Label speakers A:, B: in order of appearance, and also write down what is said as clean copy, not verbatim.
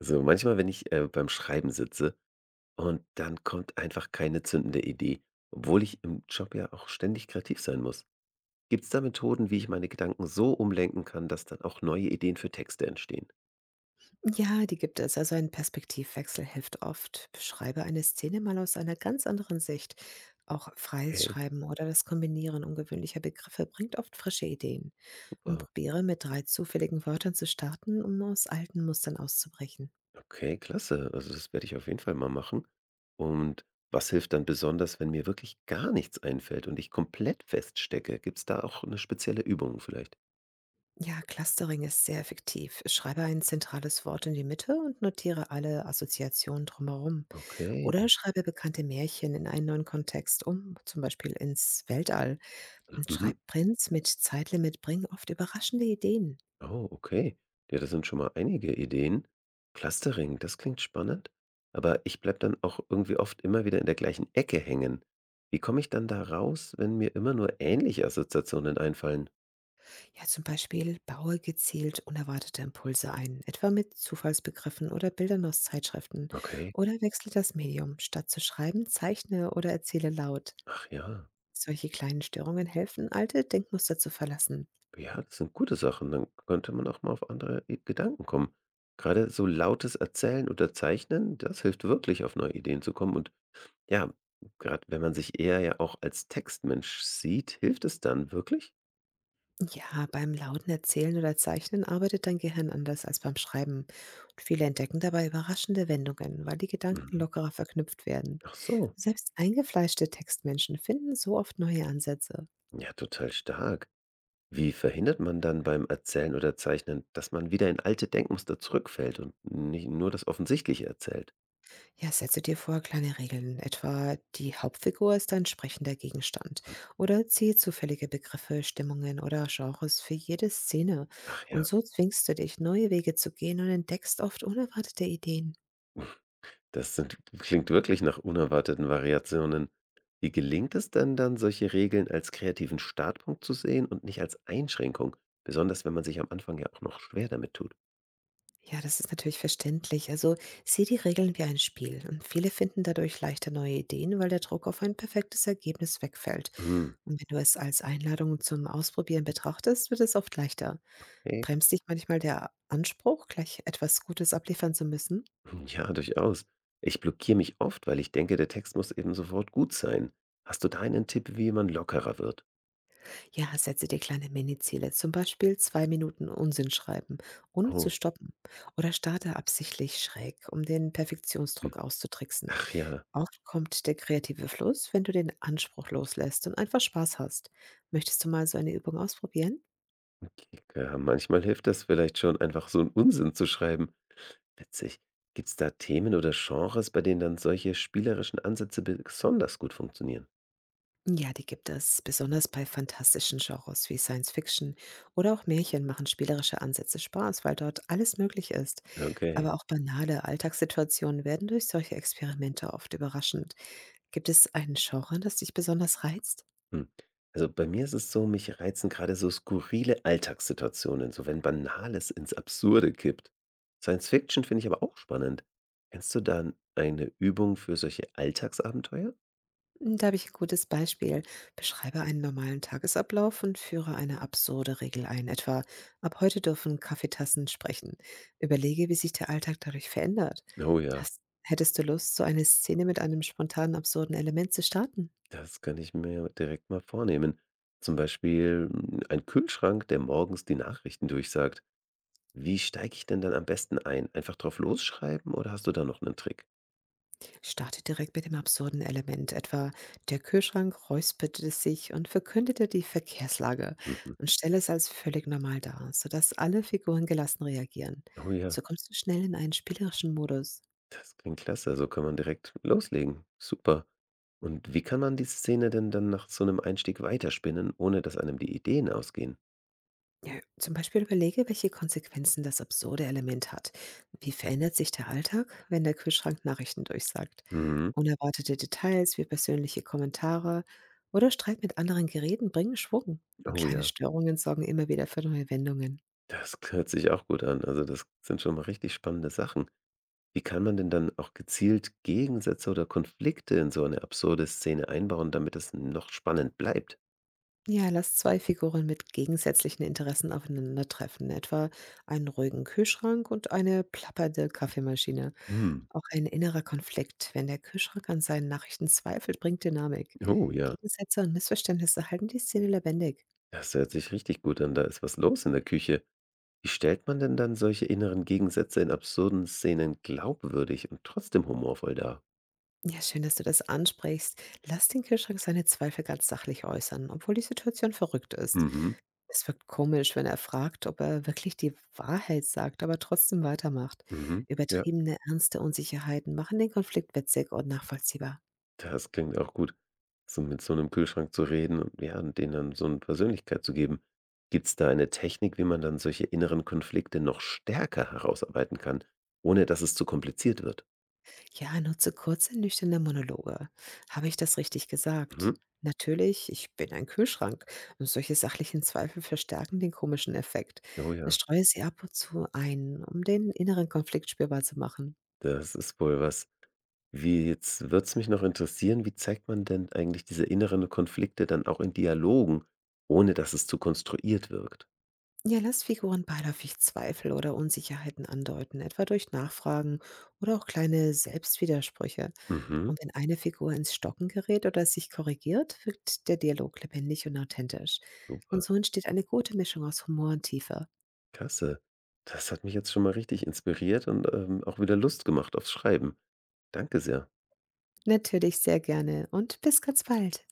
A: Also, manchmal, wenn ich, beim Schreiben sitze und dann kommt einfach keine zündende Idee, obwohl ich im Job ja auch ständig kreativ sein muss. Gibt es da Methoden, wie ich meine Gedanken so umlenken kann, dass dann auch neue Ideen für Texte entstehen?
B: Ja, die gibt es. Also ein Perspektivwechsel hilft oft. Beschreibe eine Szene mal aus einer ganz anderen Sicht. Auch freies
A: Okay,
B: Schreiben oder das Kombinieren ungewöhnlicher Begriffe bringt oft frische Ideen. Und
A: super.
B: probiere mit 3 zufälligen Wörtern zu starten, um aus alten Mustern auszubrechen.
A: Okay, klasse. Also, das werde ich auf jeden Fall mal machen. Und was hilft dann besonders, wenn mir wirklich gar nichts einfällt und ich komplett feststecke? Gibt es da auch eine spezielle Übung vielleicht?
B: Ja, Clustering ist sehr effektiv. Schreibe ein zentrales Wort in die Mitte und notiere alle Assoziationen drumherum.
A: Okay.
B: Oder schreibe bekannte Märchen in einen neuen Kontext um, zum Beispiel ins Weltall. Und
A: Mhm.
B: Schreibprints mit Zeitlimit bringen oft überraschende Ideen.
A: Oh, okay. Ja, das sind schon mal einige Ideen. Clustering, das klingt spannend, aber ich bleibe dann auch irgendwie oft immer wieder in der gleichen Ecke hängen. Wie komme ich dann da raus, wenn mir immer nur ähnliche Assoziationen einfallen?
B: Ja, zum Beispiel baue gezielt unerwartete Impulse ein, etwa mit Zufallsbegriffen oder Bildern aus Zeitschriften.
A: Okay.
B: Oder wechsle das Medium. Statt zu schreiben, zeichne oder erzähle laut.
A: Ach ja.
B: Solche kleinen Störungen helfen, alte Denkmuster zu verlassen.
A: Ja, das sind gute Sachen. Dann könnte man auch mal auf andere Gedanken kommen. Gerade so lautes Erzählen oder Zeichnen, das hilft wirklich, auf neue Ideen zu kommen. Und ja, gerade wenn man sich eher ja auch als Textmensch sieht, hilft es dann wirklich?
B: Ja, beim lauten Erzählen oder Zeichnen arbeitet dein Gehirn anders als beim Schreiben. Und viele entdecken dabei überraschende Wendungen, weil die Gedanken
A: Mhm.
B: lockerer verknüpft werden.
A: Ach so.
B: Selbst eingefleischte Textmenschen finden so oft neue Ansätze.
A: Ja, total stark. Wie verhindert man dann beim Erzählen oder Zeichnen, dass man wieder in alte Denkmuster zurückfällt und nicht nur das Offensichtliche erzählt?
B: Ja, setze dir vor kleine Regeln, etwa die Hauptfigur ist ein sprechender Gegenstand
A: Hm.
B: oder ziehe zufällige Begriffe, Stimmungen oder Genres für jede Szene.
A: Ach ja,
B: Und so zwingst du dich, neue Wege zu gehen und entdeckst oft unerwartete Ideen.
A: das sind, klingt wirklich nach unerwarteten Variationen. Wie gelingt es denn dann, solche Regeln als kreativen Startpunkt zu sehen und nicht als Einschränkung? Besonders wenn man sich am Anfang ja auch noch schwer damit tut.
B: Ja, das ist natürlich verständlich. Also sieh die Regeln wie ein Spiel. Und viele finden dadurch leichter neue Ideen, weil der Druck auf ein perfektes Ergebnis wegfällt.
A: Hm.
B: Und wenn du es als Einladung zum Ausprobieren betrachtest, wird es oft leichter.
A: Hey.
B: Bremst dich manchmal der Anspruch, gleich etwas Gutes abliefern zu müssen?
A: Ja, durchaus. Ich blockiere mich oft, weil ich denke, der Text muss eben sofort gut sein. Hast du da einen Tipp, wie man lockerer wird?
B: Ja, setze dir kleine Miniziele, zum Beispiel 2 Minuten Unsinn schreiben, ohne zu
A: Oh.
B: stoppen. Oder starte absichtlich schräg, um den
A: Hm.
B: Perfektionsdruck auszutricksen.
A: Ach ja,
B: Oft kommt der kreative Fluss, wenn du den Anspruch loslässt und einfach Spaß hast. Möchtest du mal so eine Übung ausprobieren?
A: okay, ja, manchmal hilft das vielleicht schon, einfach so einen Unsinn zu schreiben. Witzig. Gibt es da Themen oder Genres, bei denen dann solche spielerischen Ansätze besonders gut funktionieren?
B: Ja, die gibt es. Besonders bei fantastischen Genres wie Science Fiction oder auch Märchen machen spielerische Ansätze Spaß, weil dort alles möglich ist.
A: Okay.
B: Aber auch banale Alltagssituationen werden durch solche Experimente oft überraschend. Gibt es einen Genre, das dich besonders reizt?
A: Hm. Also, bei mir ist es so, mich reizen gerade so skurrile Alltagssituationen, so wenn Banales ins Absurde kippt. Science Fiction finde ich aber auch spannend. Kennst du dann eine Übung für solche Alltagsabenteuer?
B: Hm, da habe ich ein gutes Beispiel. Beschreibe einen normalen Tagesablauf und führe eine absurde Regel ein, etwa: „Ab heute dürfen Kaffeetassen sprechen.“ Überlege, wie sich der Alltag dadurch verändert.
A: Oh ja.
B: Hast hättest du Lust, so eine Szene mit einem spontanen, absurden Element zu starten?
A: Das kann ich mir direkt mal vornehmen. Zum Beispiel ein Kühlschrank, der morgens die Nachrichten durchsagt. Wie steige ich denn dann am besten ein? Einfach drauf losschreiben oder hast du da noch einen Trick?
B: Starte direkt mit dem absurden Element, etwa: „Der Kühlschrank räusperte sich und verkündete die Verkehrslage“
A: Mhm.
B: und stelle es als völlig normal dar, sodass alle Figuren gelassen reagieren.
A: Oh ja,
B: So kommst du schnell in einen spielerischen Modus.
A: das klingt klasse. So kann man direkt loslegen. Super. Und wie kann man die Szene denn dann nach so einem Einstieg weiterspinnen, ohne dass einem die Ideen ausgehen?
B: Ja, zum Beispiel überlege, welche Konsequenzen das absurde Element hat. Wie verändert sich der Alltag, wenn der Kühlschrank Nachrichten durchsagt?
A: Mhm.
B: Unerwartete Details wie persönliche Kommentare oder Streit mit anderen Geräten bringen Schwung. Und
A: Oh
B: kleine
A: ja,
B: Störungen sorgen immer wieder für neue Wendungen.
A: das hört sich auch gut an. Also das sind schon mal richtig spannende Sachen. Wie kann man denn dann auch gezielt Gegensätze oder Konflikte in so eine absurde Szene einbauen, damit es noch spannend bleibt?
B: Ja, lass zwei Figuren mit gegensätzlichen Interessen aufeinandertreffen, etwa einen ruhigen Kühlschrank und eine plappernde Kaffeemaschine.
A: Hm.
B: Auch ein innerer Konflikt, wenn der Kühlschrank an seinen Nachrichten zweifelt, bringt Dynamik.
A: Oh ja,
B: Gegensätze und Missverständnisse halten die Szene lebendig.
A: das hört sich richtig gut an. Da ist was los in der Küche. Wie stellt man denn dann solche inneren Gegensätze in absurden Szenen glaubwürdig und trotzdem humorvoll dar?
B: Ja, schön, dass du das ansprichst. Lass den Kühlschrank seine Zweifel ganz sachlich äußern, obwohl die Situation verrückt ist.
A: Mhm.
B: Es wirkt komisch, wenn er fragt, ob er wirklich die Wahrheit sagt, aber trotzdem weitermacht.
A: Mhm. Ja.
B: Übertriebene, ernste Unsicherheiten machen den Konflikt witzig und nachvollziehbar.
A: Das klingt auch gut. So mit so einem Kühlschrank zu reden und ja, und denen dann so eine Persönlichkeit zu geben. Gibt es da eine Technik, wie man dann solche inneren Konflikte noch stärker herausarbeiten kann, ohne dass es zu kompliziert wird?
B: Ja, nutze kurze, nüchterne Monologe. Habe ich das richtig gesagt?
A: Mhm.
B: Natürlich, ich bin ein Kühlschrank. Und solche sachlichen Zweifel verstärken den komischen Effekt.
A: Oh ja,
B: Streue sie ab und zu ein, um den inneren Konflikt spürbar zu machen.
A: das ist wohl was. Wie jetzt würd's mich noch interessieren, wie zeigt man denn eigentlich diese inneren Konflikte dann auch in Dialogen, ohne dass es zu konstruiert wirkt?
B: Ja, lass Figuren beiläufig Zweifel oder Unsicherheiten andeuten, etwa durch Nachfragen oder auch kleine Selbstwidersprüche.
A: Mhm,
B: Und wenn eine Figur ins Stocken gerät oder sich korrigiert, wirkt der Dialog lebendig und authentisch. Und
A: super.
B: so entsteht eine gute Mischung aus Humor und Tiefe.
A: Klasse. Das hat mich jetzt schon mal richtig inspiriert und, auch wieder Lust gemacht aufs Schreiben. Danke sehr.
B: Natürlich, sehr gerne und bis ganz bald.